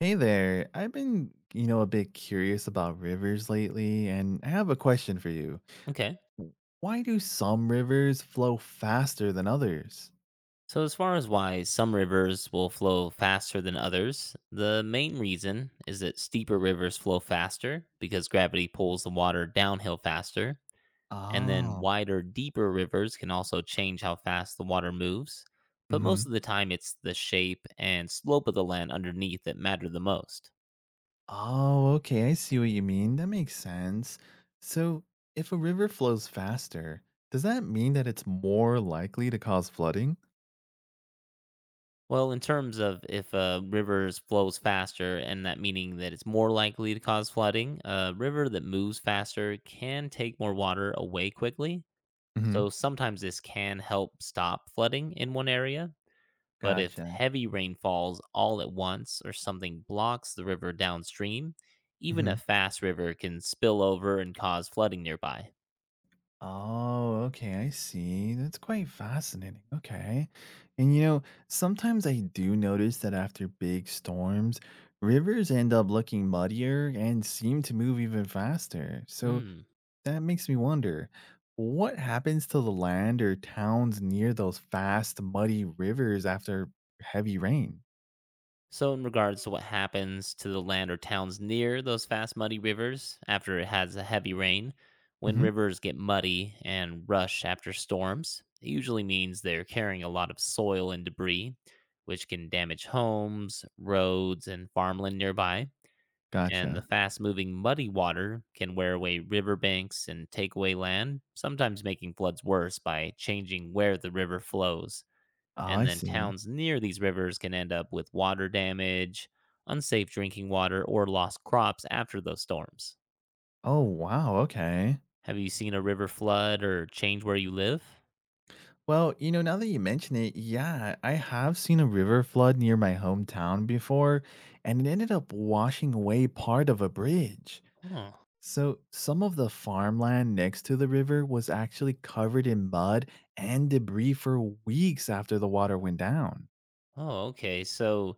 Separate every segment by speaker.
Speaker 1: Hey there. I've been a bit curious about rivers lately, and I have a question for you.
Speaker 2: Okay.
Speaker 1: W- Why do some rivers flow faster than others?
Speaker 2: So, as far as why some rivers will flow faster than others, the main reason is that steeper rivers flow faster because gravity pulls the water downhill faster. And then
Speaker 1: Oh.
Speaker 2: wider, deeper rivers can also change how fast the water moves. But
Speaker 1: Hmm.
Speaker 2: most of the time, it's the shape and slope of the land underneath that matter the most.
Speaker 1: Oh, okay. I see what you mean. That makes sense. So, if a river flows faster, does that mean that it's more likely to cause flooding?
Speaker 2: Well, in terms of if a river flows faster and that meaning that it's more likely to cause flooding, a river that moves faster can take more water away quickly.
Speaker 1: Hmm.
Speaker 2: So sometimes this can help stop flooding in one area. But if
Speaker 1: Gotcha.
Speaker 2: heavy rain falls all at once or something blocks the river downstream, even a fast river can spill over and cause flooding nearby.
Speaker 1: Oh, okay, I see. That's quite fascinating. Okay. And sometimes I do notice that after big storms, rivers end up looking muddier and seem to move even faster. So
Speaker 2: Hmm.
Speaker 1: that makes me wonder what happens to the land or towns near those fast, muddy rivers after heavy rain?
Speaker 2: So, in regards to what happens to the land or towns near those fast, muddy rivers after it has a heavy rain, when
Speaker 1: Hmm.
Speaker 2: rivers get muddy and rush after storms, it usually means they're carrying a lot of soil and debris, which can damage homes, roads, and farmland nearby. And the
Speaker 1: Gotcha.
Speaker 2: fast moving muddy water can wear away riverbanks and take away land, sometimes making floods worse by changing where the river flows,
Speaker 1: Oh,
Speaker 2: and
Speaker 1: I
Speaker 2: then
Speaker 1: see.
Speaker 2: towns near these rivers can end up with water damage, unsafe drinking water, or lost crops after those storms.
Speaker 1: Oh, wow. Okay.
Speaker 2: Have you seen a river flood or change where you live?
Speaker 1: Well now that you mention it, yeah, I have seen a river flood near my hometown before, and it ended up washing away part of a bridge.
Speaker 2: Huh.
Speaker 1: So, some of the farmland next to the river was actually covered in mud and debris for weeks after the water went down.
Speaker 2: Oh, okay. So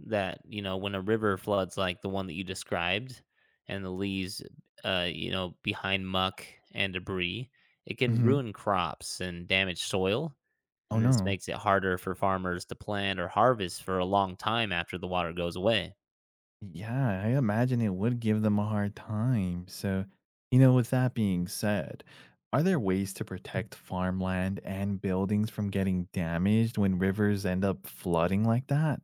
Speaker 2: that, you know, when a river floods like the one that you described and the leaves, you know, behind muck and debris, it can
Speaker 1: Hmm.
Speaker 2: ruin crops and damage soil.
Speaker 1: Oh,
Speaker 2: And this
Speaker 1: no.
Speaker 2: makes it harder for farmers to plant or harvest for a long time after the water goes away.
Speaker 1: Yeah, I imagine it would give them a hard time. So with that being said, are there ways to protect farmland and buildings from getting damaged when rivers end up flooding like that?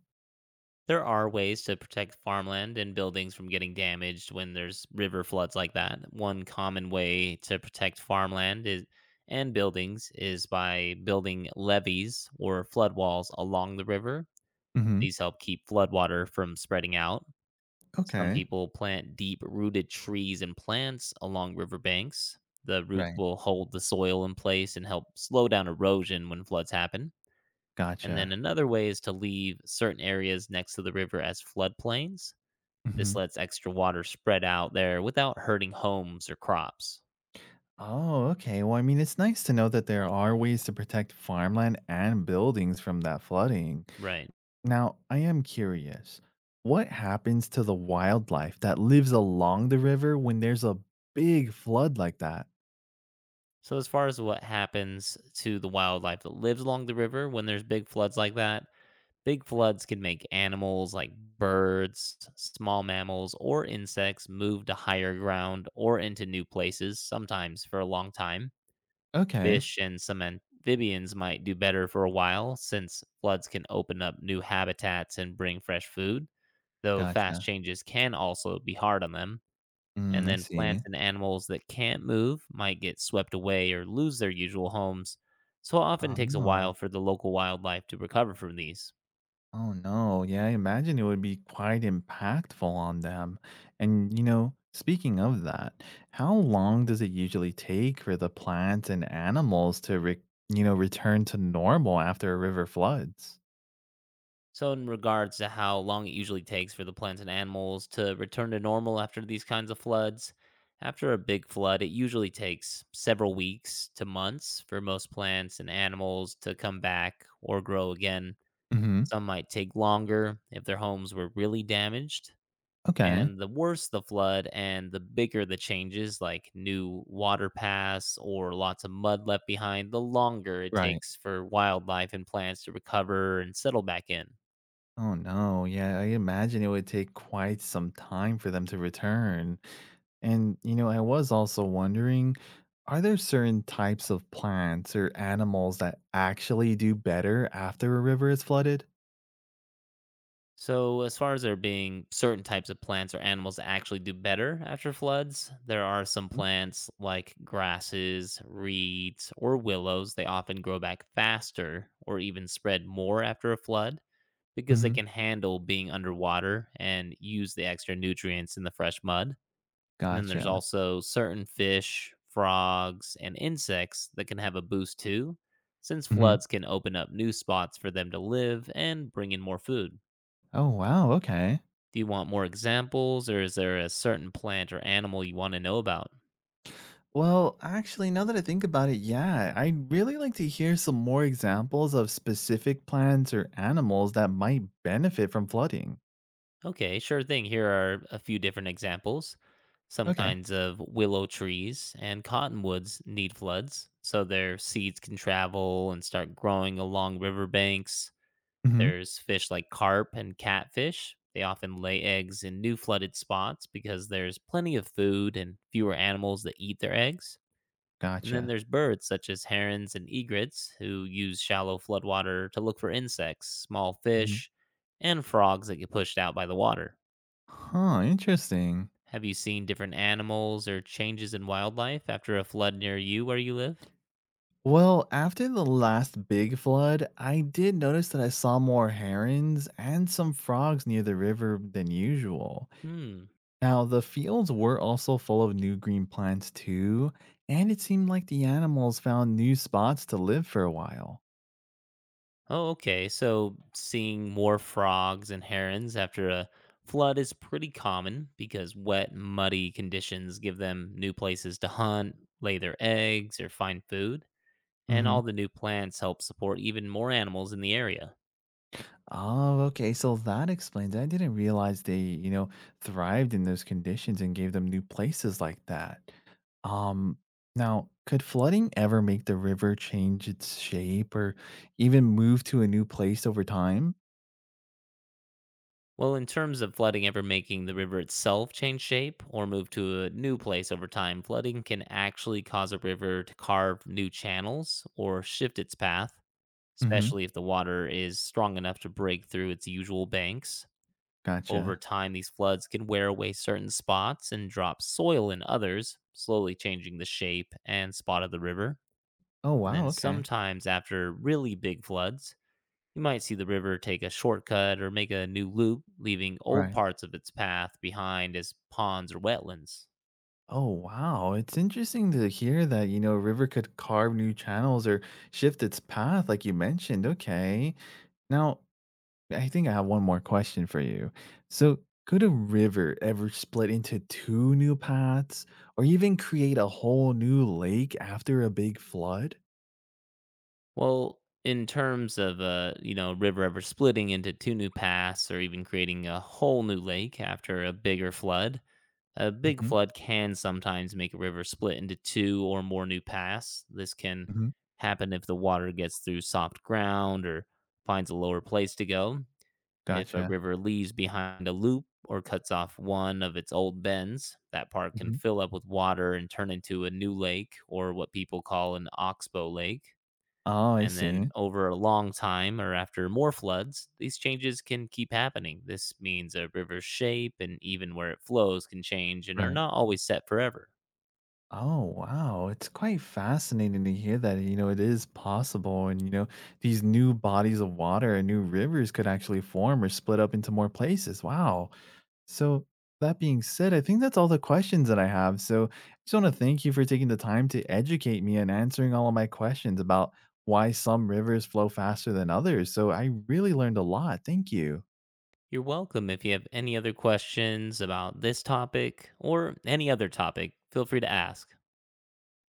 Speaker 2: There are ways to protect farmland and buildings from getting damaged when there's river floods like that. One common way to protect farmland is and buildings is by building levees or flood walls along the river.
Speaker 1: Hmm.
Speaker 2: These help keep floodwater from spreading out. Some
Speaker 1: Okay.
Speaker 2: people plant deep rooted trees and plants along riverbanks. The roots
Speaker 1: Right.
Speaker 2: will hold the soil in place and help slow down erosion when floods happen. And then
Speaker 1: Gotcha.
Speaker 2: another way is to leave certain areas next to the river as floodplains.
Speaker 1: Hmm.
Speaker 2: This lets extra water spread out there without hurting homes or crops.
Speaker 1: Oh, okay. Well, I mean, it's nice to know that there are ways to protect farmland and buildings from that flooding.
Speaker 2: Right.
Speaker 1: Now, I am curious, what happens to the wildlife that lives along the river when there's a big flood like that?
Speaker 2: So, as far as what happens to the wildlife that lives along the river when there's big floods like that, big floods can make animals like birds, small mammals, or insects move to higher ground or into new places, sometimes for a long time.
Speaker 1: Okay,
Speaker 2: Fish and some amphibians might do better for a while since floods can open up new habitats and bring fresh food, though fast
Speaker 1: gotcha.
Speaker 2: changes can also be hard on them. And
Speaker 1: Mm, I
Speaker 2: then
Speaker 1: see.
Speaker 2: plants and animals that can't move might get swept away or lose their usual homes, so it often
Speaker 1: Oh,
Speaker 2: takes a
Speaker 1: no.
Speaker 2: while for the local wildlife to recover from these.
Speaker 1: Oh, no. Yeah, I imagine it would be quite impactful on them. And speaking of that, how long does it usually take for the plants and animals to return to normal after a river floods?
Speaker 2: So, in regards to how long it usually takes for the plants and animals to return to normal after these kinds of floods, after a big flood, it usually takes several weeks to months for most plants and animals to come back or grow again.
Speaker 1: Hmm.
Speaker 2: Some might take longer if their homes were really damaged.
Speaker 1: Okay,
Speaker 2: And the worse the flood and the bigger the changes, like new water paths or lots of mud left behind, the longer it
Speaker 1: right.
Speaker 2: takes for wildlife and plants to recover and settle back in.
Speaker 1: Oh no, yeah, I imagine it would take quite some time for them to return. And I was also wondering, are there certain types of plants or animals that actually do better after a river is flooded?
Speaker 2: So, as far as there being certain types of plants or animals that actually do better after floods, there are some plants like grasses, reeds, or willows. They often grow back faster or even spread more after a flood because they
Speaker 1: Mm-hmm.
Speaker 2: can handle being underwater and use the extra nutrients in the fresh mud. And then there's
Speaker 1: Gotcha.
Speaker 2: also certain fish, frogs, and insects that can have a boost too, since
Speaker 1: Hmm.
Speaker 2: floods can open up new spots for them to live and bring in more food.
Speaker 1: Oh, wow. Okay.
Speaker 2: Do you want more examples or is there a certain plant or animal you want to know about?
Speaker 1: Well, actually, now that I think about it, yeah, I'd really like to hear some more examples of specific plants or animals that might benefit from flooding.
Speaker 2: Okay, sure thing. Here are a few different examples. Some
Speaker 1: Okay.
Speaker 2: kinds of willow trees and cottonwoods need floods, so their seeds can travel and start growing along riverbanks.
Speaker 1: Hmm.
Speaker 2: There's fish like carp and catfish. They often lay eggs in new flooded spots because there's plenty of food and fewer animals that eat their eggs. And then
Speaker 1: Gotcha.
Speaker 2: there's birds such as herons and egrets who use shallow floodwater to look for insects, small fish, and frogs that get pushed out by the water.
Speaker 1: Huh, interesting.
Speaker 2: Have you seen different animals or changes in wildlife after a flood near you where you live?
Speaker 1: Well, after the last big flood, I did notice that I saw more herons and some frogs near the river than usual.
Speaker 2: Hmm.
Speaker 1: Now, the fields were also full of new green plants, too, and it seemed like the animals found new spots to live for a while.
Speaker 2: Oh, okay. So seeing more frogs and herons after a flood is pretty common because wet, muddy conditions give them new places to hunt, lay their eggs, or find food, and all the new plants help support even more animals in the area.
Speaker 1: Oh, okay. So that explains it. I didn't realize they thrived in those conditions and gave them new places like that. Um, now, could flooding ever make the river change its shape or even move to a new place over time?
Speaker 2: Well, in terms of flooding ever making the river itself change shape or move to a new place over time, flooding can actually cause a river to carve new channels or shift its path,
Speaker 1: Mm-hmm.
Speaker 2: especially if the water is strong enough to break through its usual banks. Over
Speaker 1: Gotcha.
Speaker 2: time, these floods can wear away certain spots and drop soil in others, slowly changing the shape and spot of the river.
Speaker 1: Oh,
Speaker 2: And then
Speaker 1: wow. Okay.
Speaker 2: sometimes, after really big floods, you might see the river take a shortcut or make a new loop, leaving old
Speaker 1: Right.
Speaker 2: parts of its path behind as ponds or wetlands.
Speaker 1: Oh, wow. It's interesting to hear that a river could carve new channels or shift its path, like you mentioned. Okay. Now, I think I have one more question for you. So, could a river ever split into two new paths or even create a whole new lake after a big flood?
Speaker 2: Well, in terms of a, you know, river ever splitting into two new paths or even creating a whole new lake after a bigger flood, a big
Speaker 1: Hmm.
Speaker 2: flood can sometimes make a river split into two or more new paths. This can
Speaker 1: Hmm.
Speaker 2: happen if the water gets through soft ground or finds a lower place to go. If a
Speaker 1: Gotcha.
Speaker 2: river leaves behind a loop or cuts off one of its old bends, that part can
Speaker 1: Hmm.
Speaker 2: fill up with water and turn into a new lake or what people call an oxbow lake.
Speaker 1: Oh, I
Speaker 2: And then
Speaker 1: see.
Speaker 2: over a long time or after more floods, these changes can keep happening. This means a river's shape and even where it flows can change and are
Speaker 1: Right.
Speaker 2: not always set forever.
Speaker 1: Oh, wow. It's quite fascinating to hear that it is possible. And these new bodies of water and new rivers could actually form or split up into more places. Wow. So, that being said, I think that's all the questions that I have. So, I just want to thank you for taking the time to educate me and answering all of my questions about why some rivers flow faster than others. So, I really learned a lot. Thank you.
Speaker 2: You're welcome. If you have any other questions about this topic or any other topic, feel free to ask.